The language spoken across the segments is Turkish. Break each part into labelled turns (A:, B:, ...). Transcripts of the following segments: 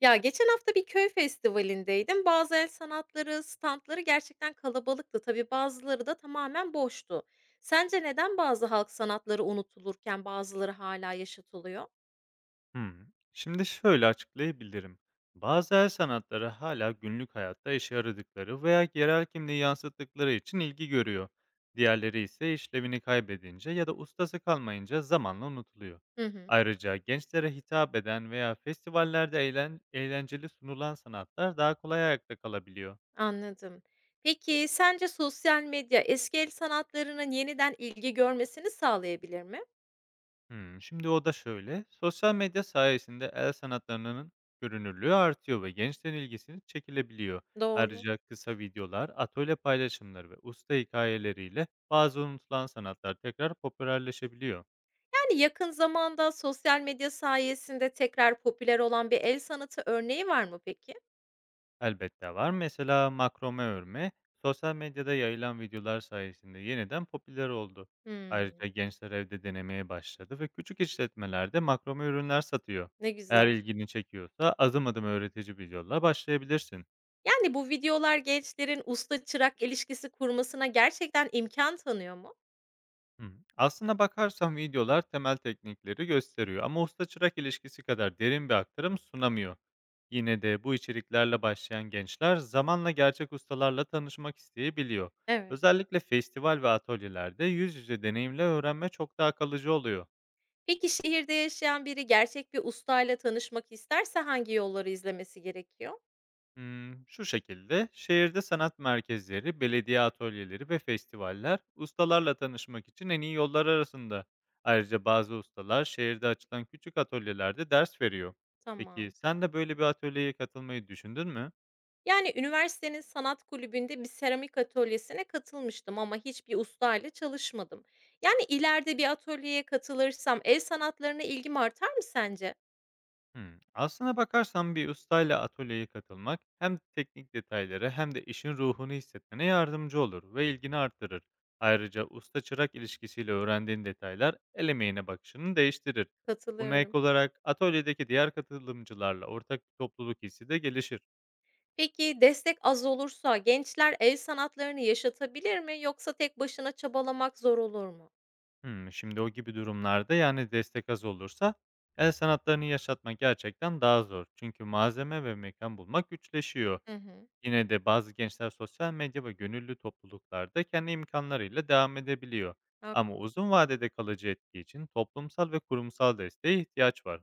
A: Ya, geçen hafta bir köy festivalindeydim. Bazı el sanatları, standları gerçekten kalabalıktı. Tabii bazıları da tamamen boştu. Sence neden bazı halk sanatları unutulurken bazıları hala yaşatılıyor?
B: Hımm. Şimdi şöyle açıklayabilirim. Bazı el sanatları hala günlük hayatta işe yaradıkları veya yerel kimliği yansıttıkları için ilgi görüyor. Diğerleri ise işlevini kaybedince ya da ustası kalmayınca zamanla unutuluyor.
A: Hı hı.
B: Ayrıca gençlere hitap eden veya festivallerde eğlenceli sunulan sanatlar daha kolay ayakta kalabiliyor.
A: Anladım. Peki sence sosyal medya eski el sanatlarının yeniden ilgi görmesini sağlayabilir mi?
B: Hımm. Şimdi o da şöyle, sosyal medya sayesinde el sanatlarının görünürlüğü artıyor ve gençlerin ilgisini çekilebiliyor.
A: Doğru.
B: Ayrıca kısa videolar, atölye paylaşımları ve usta hikayeleriyle bazı unutulan sanatlar tekrar popülerleşebiliyor.
A: Yani yakın zamanda sosyal medya sayesinde tekrar popüler olan bir el sanatı örneği var mı peki?
B: Elbette var. Mesela makrome örme, sosyal medyada yayılan videolar sayesinde yeniden popüler oldu.
A: Hımm,
B: Ayrıca gençler evde denemeye başladı ve küçük işletmelerde makrome ürünler satıyor.
A: ne
B: Eğer
A: güzel.
B: ilgini çekiyorsa adım adım öğretici videolarla başlayabilirsin.
A: Yani bu videolar gençlerin usta çırak ilişkisi kurmasına gerçekten imkan tanıyor mu?
B: Hımm. Aslına bakarsan videolar temel teknikleri gösteriyor ama usta-çırak ilişkisi kadar derin bir aktarım sunamıyor. Yine de bu içeriklerle başlayan gençler zamanla gerçek ustalarla tanışmak isteyebiliyor.
A: Evet.
B: Özellikle festival ve atölyelerde yüz yüze deneyimle öğrenme çok daha kalıcı oluyor.
A: Peki şehirde yaşayan biri gerçek bir ustayla tanışmak isterse hangi yolları izlemesi gerekiyor?
B: Hmm, şu şekilde şehirde sanat merkezleri, belediye atölyeleri ve festivaller ustalarla tanışmak için en iyi yollar arasında. Ayrıca bazı ustalar şehirde açılan küçük atölyelerde ders veriyor. Peki
A: Tamam.
B: sen de böyle bir atölyeye katılmayı düşündün mü?
A: Yani, üniversitenin sanat kulübünde bir seramik atölyesine katılmıştım ama hiçbir ustayla çalışmadım. Yani, ileride bir atölyeye katılırsam el sanatlarına ilgim artar mı sence?
B: Hımm. Aslına bakarsan bir ustayla atölyeye katılmak hem teknik detayları hem de işin ruhunu hissetmene yardımcı olur ve ilgini artırır. Ayrıca usta-çırak ilişkisiyle öğrendiğin detaylar el emeğine bakışını değiştirir. Buna ek
A: Katılıyorum.
B: olarak atölyedeki diğer katılımcılarla ortak bir topluluk hissi de gelişir.
A: Peki, destek az olursa gençler el sanatlarını yaşatabilir mi yoksa tek başına çabalamak zor olur mu?
B: Hımm, şimdi o gibi durumlarda, yani, destek az olursa el sanatlarını yaşatmak gerçekten daha zor. Çünkü malzeme ve mekan bulmak güçleşiyor.
A: Hı hı.
B: Yine de bazı gençler sosyal medya ve gönüllü topluluklarda kendi imkanlarıyla devam edebiliyor. Ama
A: Haklı.
B: uzun vadede kalıcı etki için toplumsal ve kurumsal desteğe ihtiyaç var.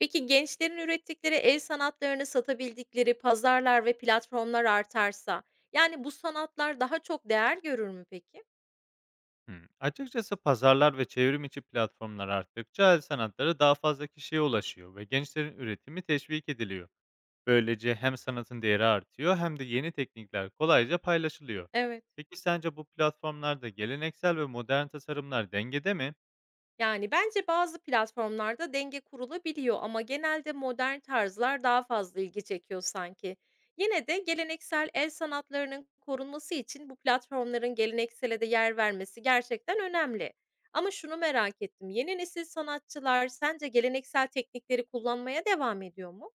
A: Peki, gençlerin ürettikleri el sanatlarını satabildikleri pazarlar ve platformlar artarsa, yani, bu sanatlar daha çok değer görür mü peki?
B: Hmm. Açıkçası pazarlar ve çevrim içi platformlar arttıkça el sanatları daha fazla kişiye ulaşıyor ve gençlerin üretimi teşvik ediliyor. Böylece hem sanatın değeri artıyor hem de yeni teknikler kolayca paylaşılıyor.
A: Evet.
B: Peki sence bu platformlarda geleneksel ve modern tasarımlar dengede mi?
A: Yani bence bazı platformlarda denge kurulabiliyor ama genelde modern tarzlar daha fazla ilgi çekiyor sanki. Yine de geleneksel el sanatlarının korunması için bu platformların geleneksele de yer vermesi gerçekten önemli. Ama şunu merak ettim. Yeni nesil sanatçılar sence geleneksel teknikleri kullanmaya devam ediyor mu?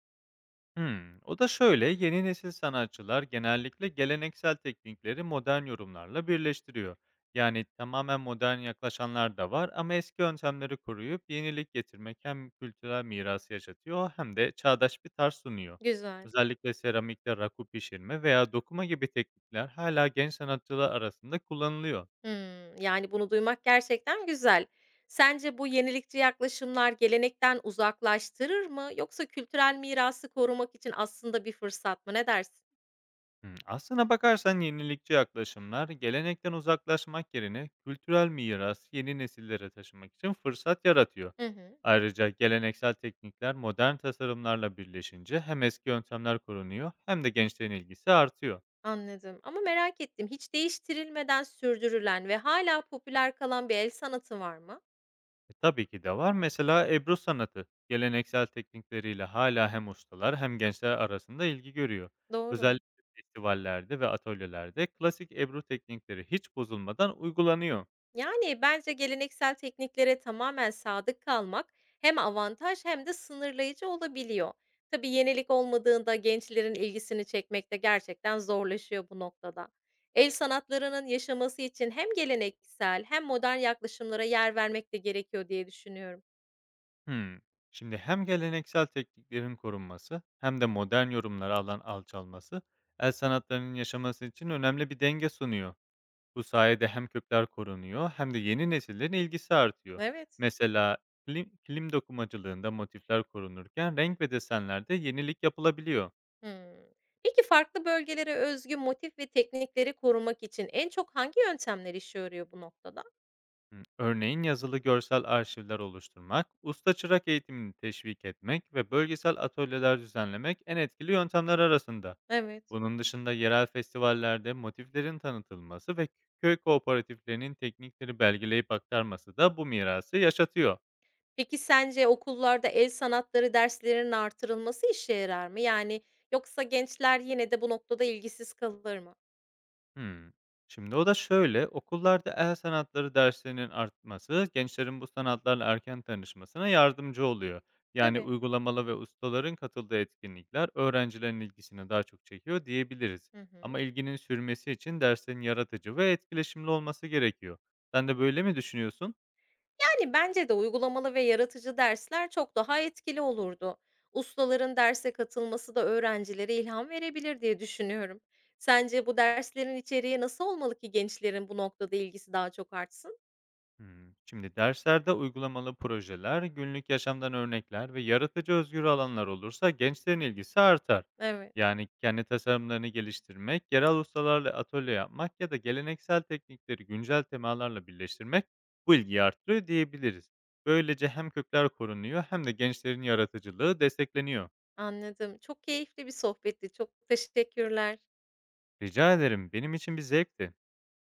B: Hımm. O da şöyle, yeni nesil sanatçılar genellikle geleneksel teknikleri modern yorumlarla birleştiriyor. Yani tamamen modern yaklaşanlar da var ama eski yöntemleri koruyup yenilik getirmek hem kültürel mirası yaşatıyor hem de çağdaş bir tarz sunuyor.
A: Güzel.
B: Özellikle seramikte raku pişirme veya dokuma gibi teknikler hala genç sanatçılar arasında kullanılıyor.
A: Hımm. Yani, bunu duymak gerçekten güzel. Sence bu yenilikçi yaklaşımlar gelenekten uzaklaştırır mı yoksa kültürel mirası korumak için aslında bir fırsat mı? Ne dersin?
B: Hmm, aslına bakarsan yenilikçi yaklaşımlar gelenekten uzaklaşmak yerine kültürel miras yeni nesillere taşımak için fırsat yaratıyor.
A: Hı hı.
B: Ayrıca geleneksel teknikler modern tasarımlarla birleşince hem eski yöntemler korunuyor hem de gençlerin ilgisi artıyor.
A: Anladım ama merak ettim, hiç değiştirilmeden sürdürülen ve hala popüler kalan bir el sanatı var mı?
B: Tabii ki de var. Mesela Ebru sanatı geleneksel teknikleriyle hala hem ustalar hem gençler arasında ilgi görüyor.
A: Doğru.
B: Özellikle festivallerde ve atölyelerde klasik Ebru teknikleri hiç bozulmadan uygulanıyor.
A: Yani bence geleneksel tekniklere tamamen sadık kalmak hem avantaj hem de sınırlayıcı olabiliyor. Tabii yenilik olmadığında gençlerin ilgisini çekmek de gerçekten zorlaşıyor bu noktada. El sanatlarının yaşaması için hem geleneksel hem modern yaklaşımlara yer vermek de gerekiyor diye düşünüyorum.
B: Hımm. Şimdi hem geleneksel tekniklerin korunması hem de modern yorumlara alan alçalması el sanatlarının yaşaması için önemli bir denge sunuyor. Bu sayede hem kökler korunuyor hem de yeni nesillerin ilgisi artıyor.
A: Evet.
B: Mesela kilim dokumacılığında motifler korunurken renk ve desenlerde yenilik yapılabiliyor.
A: Hmm. Peki farklı bölgelere özgü motif ve teknikleri korumak için en çok hangi yöntemler işe yarıyor bu noktada?
B: Hı, örneğin yazılı görsel arşivler oluşturmak, usta çırak eğitimini teşvik etmek ve bölgesel atölyeler düzenlemek en etkili yöntemler arasında.
A: Evet.
B: Bunun dışında yerel festivallerde motiflerin tanıtılması ve köy kooperatiflerinin teknikleri belgeleyip aktarması da bu mirası yaşatıyor.
A: Peki sence okullarda el sanatları derslerinin artırılması işe yarar mı? Yani yoksa gençler yine de bu noktada ilgisiz kalır mı?
B: Hımm. Şimdi o da şöyle, okullarda el sanatları derslerinin artması, gençlerin bu sanatlarla erken tanışmasına yardımcı oluyor. Yani
A: Tabii.
B: uygulamalı ve ustaların katıldığı etkinlikler öğrencilerin ilgisini daha çok çekiyor diyebiliriz.
A: Hı hı.
B: Ama ilginin sürmesi için derslerin yaratıcı ve etkileşimli olması gerekiyor. Sen de böyle mi düşünüyorsun?
A: Yani bence de uygulamalı ve yaratıcı dersler çok daha etkili olurdu. Ustaların derse katılması da öğrencilere ilham verebilir diye düşünüyorum. Sence bu derslerin içeriği nasıl olmalı ki gençlerin bu noktada ilgisi daha çok artsın?
B: Hımm. Şimdi derslerde uygulamalı projeler, günlük yaşamdan örnekler ve yaratıcı özgür alanlar olursa gençlerin ilgisi artar.
A: Evet,
B: Yani kendi tasarımlarını geliştirmek, yerel ustalarla atölye yapmak ya da geleneksel teknikleri güncel temalarla birleştirmek bu ilgiyi arttırıyor diyebiliriz. Böylece hem kökler korunuyor hem de gençlerin yaratıcılığı destekleniyor.
A: anladım. Çok keyifli bir sohbetti. Çok teşekkürler.
B: Rica ederim, benim için bir zevkti.